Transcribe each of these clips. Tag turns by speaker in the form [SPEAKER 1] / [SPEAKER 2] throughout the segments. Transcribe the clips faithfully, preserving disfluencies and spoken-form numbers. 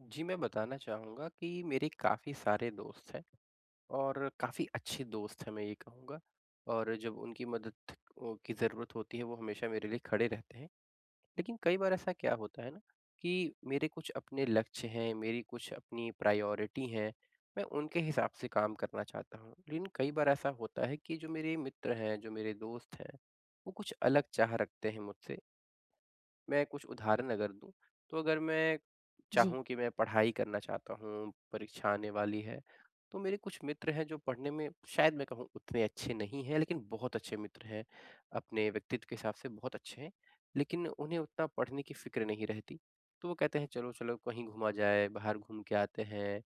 [SPEAKER 1] जी, मैं बताना चाहूँगा कि मेरे काफ़ी सारे दोस्त हैं और काफ़ी अच्छे दोस्त हैं मैं ये कहूँगा। और जब उनकी मदद ओ, की ज़रूरत होती है वो हमेशा मेरे लिए खड़े रहते हैं। लेकिन कई बार ऐसा क्या होता है ना कि मेरे कुछ अपने लक्ष्य हैं, मेरी कुछ अपनी प्रायोरिटी हैं, मैं उनके हिसाब से काम करना चाहता हूँ। लेकिन कई बार ऐसा होता है कि जो मेरे मित्र हैं, जो मेरे दोस्त हैं, वो कुछ अलग चाह रखते हैं मुझसे। मैं कुछ उदाहरण अगर दूँ, तो अगर मैं
[SPEAKER 2] जी,
[SPEAKER 1] चाहूँ कि मैं पढ़ाई करना चाहता हूँ, परीक्षा आने वाली है, तो मेरे कुछ मित्र हैं जो पढ़ने में शायद मैं कहूँ उतने अच्छे नहीं हैं, लेकिन बहुत अच्छे मित्र हैं। अपने व्यक्तित्व के हिसाब से बहुत अच्छे हैं, लेकिन उन्हें उतना पढ़ने की फ़िक्र नहीं रहती। तो वो कहते हैं चलो, चलो कहीं घूमा जाए, बाहर घूम के आते हैं,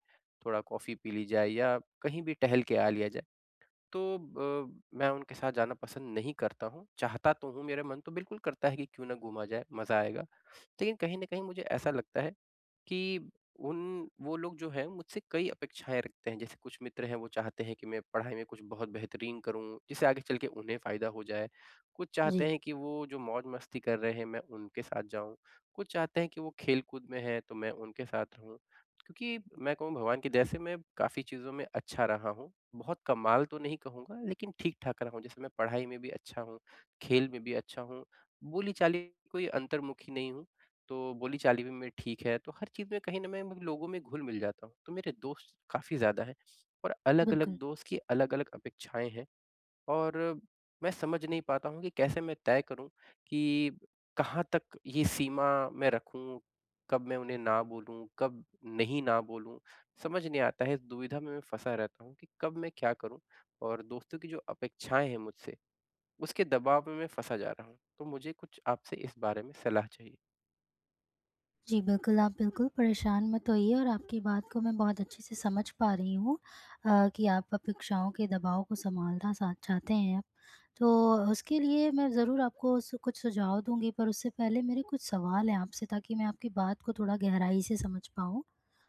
[SPEAKER 1] थोड़ा कॉफ़ी पी ली जाए या कहीं भी टहल के आ लिया जाए। तो अ, मैं उनके साथ जाना पसंद नहीं करता हूँ। चाहता तो हूँ, मेरा मन तो बिल्कुल करता है कि क्यों ना घूमा जाए, मज़ा आएगा। लेकिन कहीं न कहीं मुझे ऐसा लगता है कि उन वो लोग जो हैं मुझसे कई अपेक्षाएँ रखते हैं। जैसे कुछ मित्र हैं वो चाहते हैं कि मैं पढ़ाई में कुछ बहुत बेहतरीन करूँ, जिससे आगे चल के उन्हें फ़ायदा हो जाए। कुछ चाहते
[SPEAKER 2] जी।
[SPEAKER 1] हैं कि वो जो मौज-मस्ती कर रहे हैं मैं उनके साथ जाऊँ। कुछ चाहते हैं कि वो खेल-कूद में हैं तो मैं उनके साथ रहूँ। क्योंकि मैं कहूँ भगवान की दया से मैं काफ़ी चीज़ों में अच्छा रहा हूँ। बहुत कमाल तो नहीं कहूँगा लेकिन ठीक-ठाक रहा हूँ। जैसे मैं पढ़ाई में भी अच्छा हूँ, खेल में भी अच्छा हूँ, बोली-चाली कोई अंतर्मुखी नहीं हूँ, तो बोली-चाली भी मैं ठीक है। तो हर चीज़ में कहीं न मैं लोगों में घुल-मिल जाता हूँ। तो मेरे दोस्त काफ़ी ज़्यादा हैं और अलग-अलग
[SPEAKER 2] बिल्कुल।
[SPEAKER 1] दोस्त की अलग-अलग अपेक्षाएँ हैं। और मैं समझ नहीं पाता हूँ कि कैसे मैं तय करूँ कि कहाँ तक ये सीमा मैं रखूँ, कब मैं उन्हें ना बोलूँ, कब नहीं ना बोलूँ? समझ नहीं आता है, इस दुविधा में मैं फँसा रहता हूँ कि कब मैं क्या करूँ? और दोस्तों की जो अपेक्षाएँ हैं मुझसे, उसके दबाव में मैं फँसा जा रहा हूँ। तो मुझे कुछ आपसे इस बारे में सलाह चाहिए।
[SPEAKER 2] जी, बिल्कुल, आप बिल्कुल परेशान मत होइए और आपकी बात को मैं बहुत अच्छे से समझ पा रही हूँ। अ, कि आप अपेक्षाओं के दबाव को सँभालना सा चाहते हैं। आप। तो उसके लिए मैं ज़रूर आपको सु कुछ सुझाव दूँगी, पर उससे पहले मेरे कुछ सवाल हैं आपसे ताकि मैं आपकी बात को थोड़ा गहराई से समझ पाऊँ।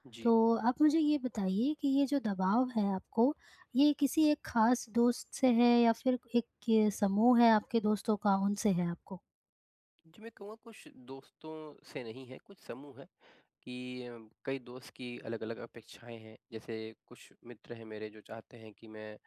[SPEAKER 1] जी।
[SPEAKER 2] तो आप मुझे ये बताइए कि ये जो दबाव है आपको, ये किसी एक ख़ास दोस्त से है या फिर एक ये समूह है आपके दोस्तों का, उनसे है आपको?
[SPEAKER 1] जी, मैं कहूँगा कुछ दोस्तों से नहीं है, कुछ समूह है। कि अम, कई दोस्त की अलग-अलग अपेक्षाएँ हैं। जैसे कुछ मित्र हैं मेरे जो चाहते हैं कि मैं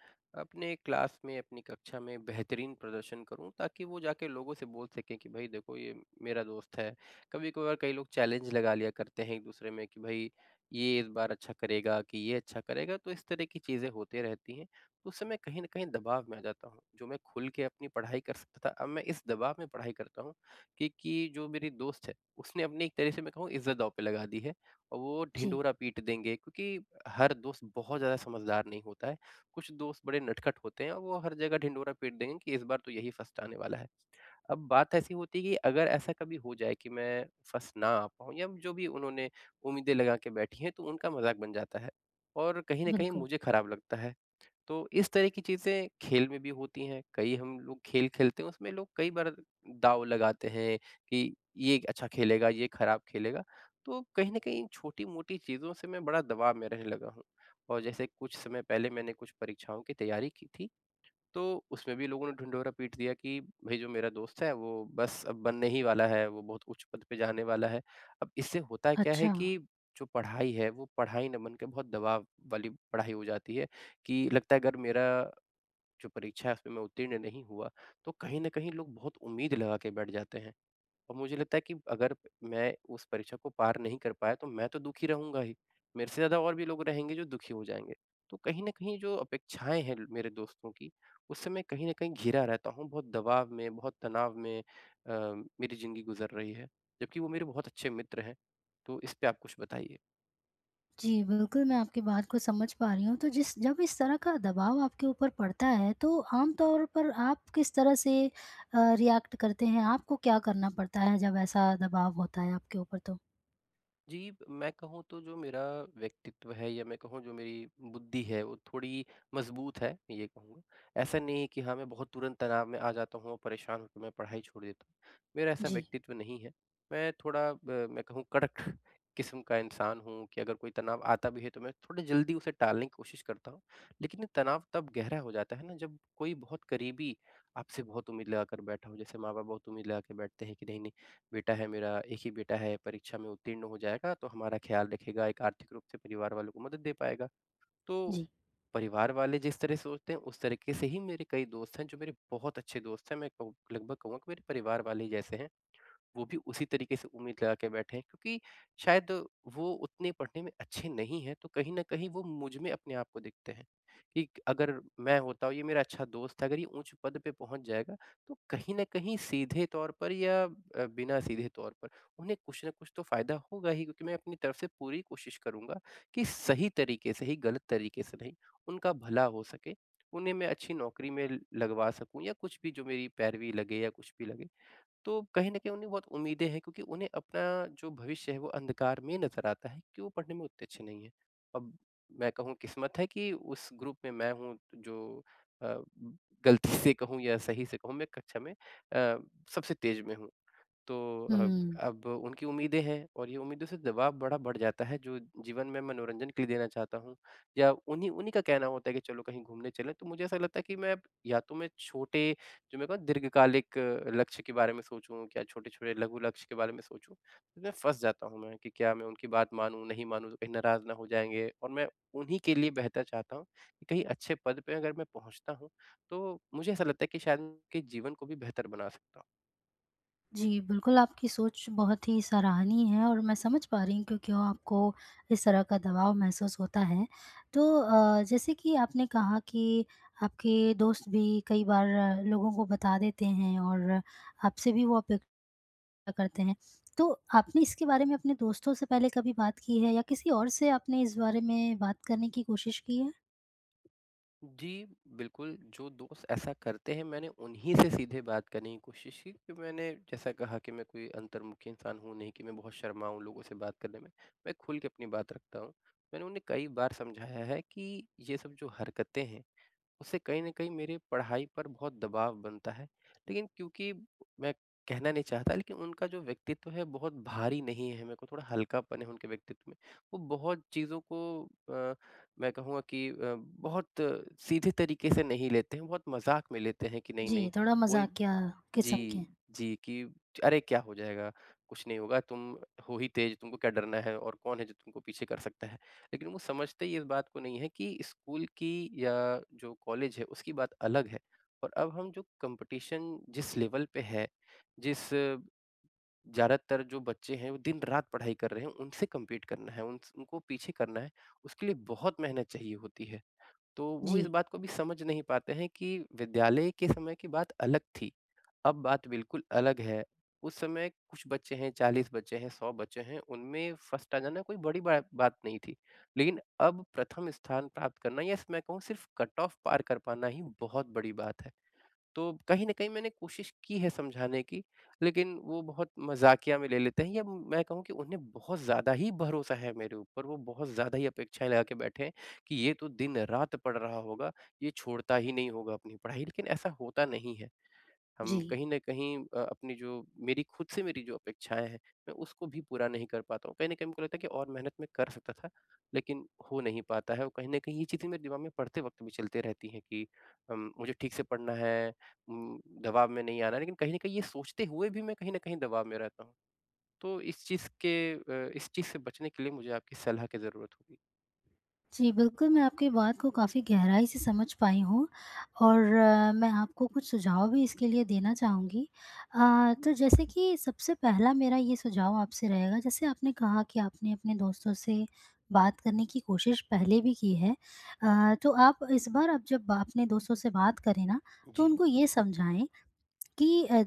[SPEAKER 1] अपने क्लास में, अपनी कक्षा में बेहतरीन प्रदर्शन करूँ ताकि वो जाके लोगों से बोल सकें कि भई देखो ये मेरा दोस्त है। कभी-कभार कई लोग चैलेंज लगा लिया करते हैं एक-दूसरे में कि भई ये इस बार अच्छा करेगा कि ये अच्छा करेगा, तो इस तरह की चीज़ें होती रहती हैं। तो उस समय कहीं न कहीं दबाव में आ जाता हूँ। जो मैं खुल के अपनी पढ़ाई कर सकता था, अब मैं इस दबाव में पढ़ाई करता हूँ कि कि जो मेरी दोस्त है उसने अपनी एक तरह से मैं कहूँ इज़्ज़त दाँव पे लगा दी है और वो
[SPEAKER 2] जी,
[SPEAKER 1] ढिंढोरा पीट देंगे, क्योंकि हर दोस्त बहुत ज़्यादा समझदार नहीं होता है। कुछ दोस्त बड़े नटखट होते हैं और वो हर जगह ढिंढोरा पीट देंगे कि इस बार तो यही फर्स्ट आने वाला है। अब बात ऐसी होती है कि अगर ऐसा कभी हो जाए कि मैं फर्स्ट ना आ पाऊँ या जो भी उन्होंने उम्मीदें लगा के बैठी हैं तो उनका मज़ाक बन जाता है और कहीं न कहीं
[SPEAKER 2] बिल्कुल।
[SPEAKER 1] मुझे खराब लगता है। तो इस तरह की चीज़ें खेल में भी होती हैं। कई हम लोग खेल खेलते हैं, उसमें लोग कई बार दाँव लगाते हैं कि ये अच्छा खेलेगा, ये खराब खेलेगा। तो कहीं न कहीं छोटी-मोटी चीज़ों से मैं बड़ा दबाव में रहने लगा हूँ। और जैसे कुछ समय पहले मैंने कुछ परीक्षाओं की तैयारी की थी। तो उसमें भी लोगों ने ढिढोरा पीट दिया कि भई जो मेरा दोस्त है वो बस अब बनने ही वाला है, वो बहुत उच्च पद पे जाने वाला है। अब इससे होता क्या है
[SPEAKER 2] अच्छा।
[SPEAKER 1] कि जो पढ़ाई है वो पढ़ाई ना बन के बहुत दबाव वाली पढ़ाई हो जाती है। कि लगता है अगर मेरा जो परीक्षा है उसमें मैं उत्तीर्ण नहीं हुआ, तो कहीं न कहीं लोग बहुत उम्मीद लगा के बैठ जाते हैं। और मुझे लगता है कि अगर मैं उस परीक्षा को पार नहीं कर पाया तो मैं तो दुखी रहूँगा ही। मेरे से ज़्यादा और भी लोग रहेंगे जो दुखी हो जाएँगे। तो कहीं न कहीं जो अपेक्षाएँ हैं ल मेरे दोस्तों की, उससे मैं कहीं न कहीं घिरा रहता हूँ, बहुत दबाव में, बहुत तनाव में अ, मेरी ज़िंदगी गुज़र रही है। जबकि वो मेरे बहुत अच्छे मित्र हैं। तो इस पे आप कुछ बताइए?
[SPEAKER 2] जी, बिल्कुल, मैं आपकी बात को समझ पा रही हूँ। तो जिस जब इस तरह का दबाव आपके ऊपर पड़ता है, तो आम तौर पर आप किस तरह से अ, रिएक्ट करते हैं? आपको क्या करना पड़ता है जब ऐसा दबाव होता है आपके ऊपर तो?
[SPEAKER 1] जी, मैं कहूँ तो जो मेरा व्यक्तित्व है या मैं कहूँ जो मेरी बुद्धि है वो थोड़ी मज़बूत है, मैं ये कहूँगा। ऐसा नहीं है कि हाँ, मैं बहुत तुरंत तनाव में आ जाता हूँ और परेशान होकर मैं पढ़ाई छोड़ देता हूँ। मेरा ऐसा
[SPEAKER 2] जी,
[SPEAKER 1] व्यक्तित्व नहीं है। मैं थोड़ा अ, मैं कहूँ कड़क किस्म का इंसान हूँ कि अगर कोई तनाव आता भी है तो मैं थोड़ी जल्दी उसे टालने की कोशिश करता हूँ। लेकिन ये तनाव तब गहरा हो जाता है ना जब कोई बहुत करीबी आपसे बहुत उम्मीद लगा कर बैठा हो। जैसे माँ-बाप बहुत उम्मीद लगा के बैठते हैं कि नहीं-नहीं बेटा है मेरा, एक ही बेटा है, परीक्षा में उत्तीर्ण हो जाएगा तो हमारा ख़्याल रखेगा, एक आर्थिक रूप से परिवार वालों को मदद दे पाएगा। तो
[SPEAKER 2] जी।
[SPEAKER 1] परिवार वाले जिस तरह सोचते हैं, उस तरीके से ही मेरे कई दोस्त हैं, जो मेरे बहुत अच्छे दोस्त हैं। मैं कहूँ लगभग कहूँगा कि मेरे परिवार वाले ही जैसे हैं। वो भी उसी तरीके से उम्मीद लगा के बैठे हैं क्योंकि शायद वो उतने पढ़ने में अच्छे नहीं हैं, तो कहीं न कहीं वो मुझ में अपने आप को देखते हैं कि अगर मैं होता हूँ, ये मेरा अच्छा दोस्त है, अगर ये ऊँच पद पे पहुँच जाएगा, तो कहीं न कहीं सीधे तौर पर या अ, बिना सीधे तौर पर उन्हें कुछ न कुछ तो फ़ायदा होगा ही, क्योंकि मैं अपनी तरफ से पूरी कोशिश करूँगा कि सही तरीके से ही, गलत तरीके से नहीं, उनका भला हो सके, उन्हें मैं अच्छी नौकरी में लगवा सकूँ या कुछ भी जो मेरी पैरवी लगे या कुछ भी लगे। तो कहीं न कहीं उन्हें बहुत उम्मीदें हैं, क्योंकि उन्हें अपना जो भविष्य है वो अंधकार में नज़र आता है कि वो पढ़ने में उतने अच्छे नहीं हैं। अब मैं कहूँ किस्मत है कि उस ग्रुप में मैं हूँ जो अ, गलती से कहूँ या सही से कहूँ मैं कक्षा में अ, सबसे तेज़ में हूँ। तो अब
[SPEAKER 2] हुँ।
[SPEAKER 1] अब उनकी उम्मीदें हैं और ये उम्मीदों से दबाव बड़ा बढ़ जाता है, जो जीवन में मनोरंजन के लिए देना चाहता हूँ या उन्हीं उन्हीं का कहना होता है कि चलो कहीं घूमने चलें, तो मुझे ऐसा लगता है कि मैं अब या तो मैं छोटे जो मेरे को दीर्घकालिक अ, लक्ष्य के बारे में सोचूं या छोटे-छोटे लघु लक्ष्य के बारे में सोचूं। इसमें फँस जाता हूँ मैं कि क्या मैं उनकी बात मानूँ नहीं मानूँ तो कहीं नाराज़ ना हो जाएँगे और मैं उन्हीं के लिए बेहतर चाहता हूँ कि कहीं अच्छे पद पे अगर मैं पहुँचता हूँ तो मुझे ऐसा लगता है कि शायद उनके जीवन को भी बेहतर बना सकता हूँ।
[SPEAKER 2] जी, बिल्कुल आपकी सोच बहुत ही सराहनीय है और मैं समझ पा रही हूँ कि क्यों आपको इस तरह का दबाव महसूस होता है। तो अ, जैसे कि आपने कहा कि आपके दोस्त भी कई बार अ, लोगों को बता देते हैं और आपसे भी वो अपेक्षा करते हैं। तो आपने इसके बारे में अपने दोस्तों से पहले कभी बात की है या किसी और से आपने इस बारे में बात करने की कोशिश की है?
[SPEAKER 1] जी, बिल्कुल, जो दोस्त ऐसा करते हैं मैंने उन्हीं से सीधे बात करने की कोशिश की कि मैंने जैसा कहा कि मैं कोई अंतर्मुखी इंसान हूँ नहीं कि मैं बहुत शर्माऊँ लोगों से बात करने में, मैं खुल के अपनी बात रखता हूँ। मैंने उन्हें कई बार समझाया है कि ये सब जो हरकतें हैं उससे कहीं न कहीं मेरे पढ़ाई पर बहुत दबाव बनता है। लेकिन क्योंकि मैं कहना नहीं चाहता लेकिन उनका जो व्यक्तित्व है बहुत भारी नहीं है, मेरे को थोड़ा हल्कापन है उनके व्यक्तित्व में। वो बहुत चीज़ों को अ, मैं कहूँगा कि अ, बहुत सीधे तरीके से नहीं लेते हैं, बहुत मज़ाक में लेते हैं कि
[SPEAKER 2] जी,
[SPEAKER 1] नहीं-नहीं
[SPEAKER 2] थोड़ा
[SPEAKER 1] वही
[SPEAKER 2] मज़ाकिया किस्म के।
[SPEAKER 1] जी, जी कि अरे क्या हो जाएगा? कुछ नहीं होगा, तुम हो ही तेज, तुमको क्या डरना है और कौन है जो तुमको पीछे कर सकता है? लेकिन वो समझते ही इस बात को नहीं है कि स्कूल की या जो कॉलेज है उसकी बात अलग है, और अब हम जो कंपटीशन जिस लेवल पे है, जिस ज़्यादातर जो बच्चे हैं वो दिन रात पढ़ाई कर रहे हैं उनसे कम्पीट करना है, उन उनको पीछे करना है, उसके लिए बहुत मेहनत चाहिए होती है। तो वो इस
[SPEAKER 2] जी,
[SPEAKER 1] बात को भी समझ नहीं पाते हैं कि विद्यालय के समय की बात अलग थी, अब बात बिल्कुल अलग है। उस समय कुछ बच्चे हैं, चालीस बच्चे हैं, सौ बच्चे हैं, उनमें फर्स्ट आ जाना कोई बड़ी बा बात नहीं थी। लेकिन अब प्रथम स्थान प्राप्त करना या मैं कहूँ सिर्फ़ कट ऑफ पार कर पाना ही बहुत बड़ी बात है। तो कहीं न कहीं मैंने कोशिश की है समझाने की, लेकिन वो बहुत मज़ाकिया में ले लेते हैं या मैं कहूँ कि उन्हें बहुत ज़्यादा ही भरोसा है मेरे ऊपर, वो बहुत ज़्यादा ही अपेक्षाएँ लगा के बैठे हैं कि ये तो दिन-रात पढ़ रहा होगा, ये छोड़ता ही नहीं होगा अपनी पढ़ाई, लेकिन ऐसा होता नहीं है। हम
[SPEAKER 2] जी।
[SPEAKER 1] कहीं न कहीं अ, अपनी जो मेरी खुद से मेरी जो अपेक्षाएँ हैं, मैं उसको भी पूरा नहीं कर पाता हूँ। कहीं न कहीं मुझको लगता है कि और मेहनत मैं कर सकता था, लेकिन हो नहीं पाता है और कहीं न कहीं ये चीज़ें मेरे दिमाग में पढ़ते वक़्त भी चलते रहती हैं कि अम, मुझे ठीक से पढ़ना है, उम, दबाव में नहीं आना है, लेकिन कहीं न कहीं ये सोचते हुए भी मैं कहीं न कहीं दबाव में रहता हूँ। तो इस चीज़ के अ, इस चीज़ से बचने के लिए मुझे आपकी सलाह की ज़रूरत होगी।
[SPEAKER 2] जी, बिल्कुल, मैं आपकी बात को काफ़ी गहराई से समझ पाई हूँ और अ, मैं आपको कुछ सुझाव भी इसके लिए देना चाहूँगी। अ, तो जैसे कि सबसे पहला मेरा ये सुझाव आपसे रहेगा, जैसे आपने कहा कि आपने अपने दोस्तों से बात करने की कोशिश पहले भी की है। अ, तो आप इस बार आप जब अपने दोस्तों से बात करें ना, तो
[SPEAKER 1] जी।
[SPEAKER 2] उनको ये समझाएँ कि अ,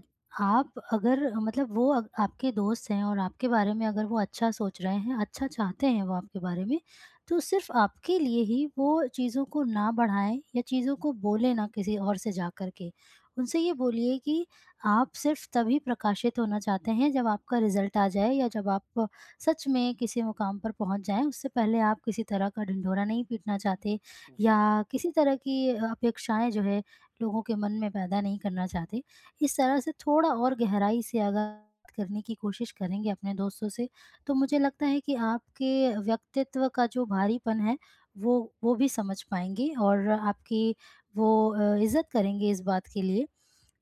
[SPEAKER 2] आप अगर मतलब वो अग आपके दोस्त हैं और आपके बारे में अगर वो अच्छा सोच रहे हैं, अच्छा चाहते हैं वो आपके बारे में, तो सिर्फ़ आपके लिए ही वो चीज़ों को ना बढ़ाएँ या चीज़ों को बोलें ना किसी और से जा कर के। उनसे ये बोलिए कि आप सिर्फ़ तभी प्रकाशित होना चाहते हैं जब आपका रिज़ल्ट आ जाए या जब आप सच में किसी मुकाम पर पहुँच जाएँ, उससे पहले आप किसी तरह का ढिंढोरा नहीं पीटना चाहते
[SPEAKER 1] जी,
[SPEAKER 2] या किसी तरह की अपेक्षाएँ जो है लोगों के मन में पैदा नहीं करना चाहते। इस तरह से थोड़ा और गहराई से अगर बात करने की कोशिश करेंगे अपने दोस्तों से, तो मुझे लगता है कि आपके व्यक्तित्व का जो भारीपन है, वो वो भी समझ पाएँगे और आपकी वो अ, इज़्ज़त करेंगे इस बात के लिए।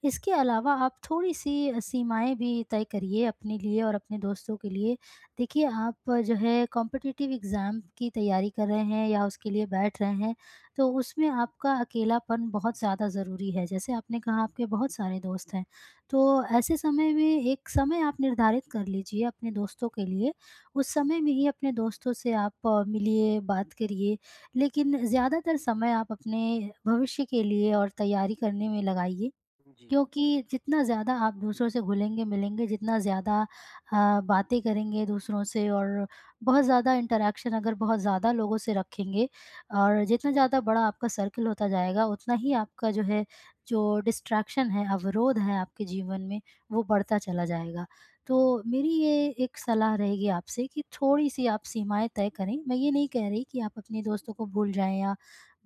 [SPEAKER 2] इसके अलावा आप थोड़ी-सी सीमाएँ भी तय करिए अपने लिए और अपने दोस्तों के लिए। देखिए, आप जो है कॉम्पिटिटिव एग्ज़ाम की तैयारी कर रहे हैं या उसके लिए बैठ रहे हैं, तो उसमें आपका अकेलापन बहुत ज़्यादा ज़रूरी है। जैसे आपने कहा आपके बहुत सारे दोस्त हैं, तो ऐसे समय में एक समय आप निर्धारित कर लीजिए अपने दोस्तों के लिए। उस समय में ही अपने दोस्तों से आप अ, मिलिए, बात करिए, लेकिन ज़्यादातर समय आप अपने भविष्य के लिए और तैयारी करने में लगाइए
[SPEAKER 1] जी,
[SPEAKER 2] क्योंकि जितना ज़्यादा आप दूसरों से घुलेंगे-मिलेंगे, जितना ज़्यादा अ, बातें करेंगे दूसरों से और बहुत ज़्यादा इंटरैक्शन अगर बहुत ज़्यादा लोगों से रखेंगे और जितना ज़्यादा बड़ा आपका सर्कल होता जाएगा, उतना ही आपका जो है, जो डिस्ट्रैक्शन है, अवरोध है आपके जीवन में, वो बढ़ता चला जाएगा। तो मेरी ये एक सलाह रहेगी आपसे कि थोड़ी-सी आप सीमाएँ तय करें। मैं ये नहीं कह रही कि आप अपने दोस्तों को भूल जाएँ या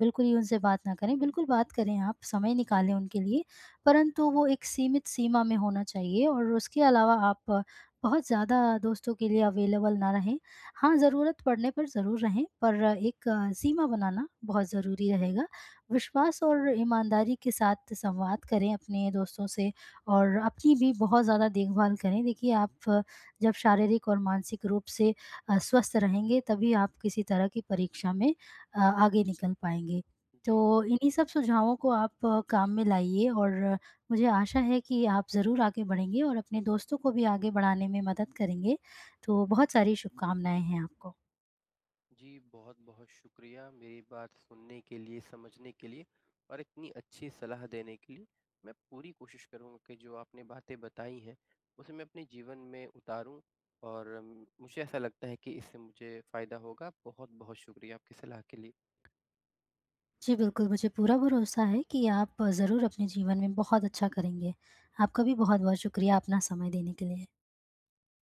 [SPEAKER 2] बिल्कुल ही उनसे बात ना करें, बिल्कुल बात करें आप, समय
[SPEAKER 1] जी,
[SPEAKER 2] निकालें उनके लिए परंतु वो एक सीमित सीमा में होना चाहिए और उसके अलावा आप बहुत ज़्यादा दोस्तों के लिए अवेलेबल ना रहें। हाँ, ज़रूरत पड़ने पर ज़रूर रहें, पर एक अ, सीमा बनाना बहुत ज़रूरी रहेगा। विश्वास और ईमानदारी के साथ संवाद करें अपने दोस्तों से और अपनी भी बहुत ज़्यादा देखभाल करें। देखिए, आप अ, जब शारीरिक और मानसिक रूप से अ, स्वस्थ रहेंगे, तभी आप किसी तरह की परीक्षा में अ, आगे निकल पाएँगे।
[SPEAKER 1] जी, जी।
[SPEAKER 2] तो इन्हीं सब सुझावों को आप अ, काम में लाइए और अ, मुझे आशा है कि आप ज़रूर आगे बढ़ेंगे और अपने दोस्तों को भी आगे बढ़ाने में मदद करेंगे। तो बहुत सारी शुभकामनाएँ हैं आपको।
[SPEAKER 1] जी, बहुत-बहुत शुक्रिया मेरी बात सुनने के लिए, समझने के लिए और इतनी अच्छी सलाह देने के लिए। मैं पूरी कोशिश करूँगा कि जो आपने बातें बताई हैं, उसे मैं अपने जीवन में उतारूँ और अम, मुझे ऐसा लगता है कि इससे मुझे फ़ायदा होगा। बहुत-बहुत शुक्रिया आपकी सलाह के लिए।
[SPEAKER 2] जी, बिल्कुल मुझे पूरा भरोसा है कि आप ज़रूर अपने जीवन में बहुत अच्छा करेंगे। आपका भी बहुत-बहुत शुक्रिया अपना समय देने के लिए।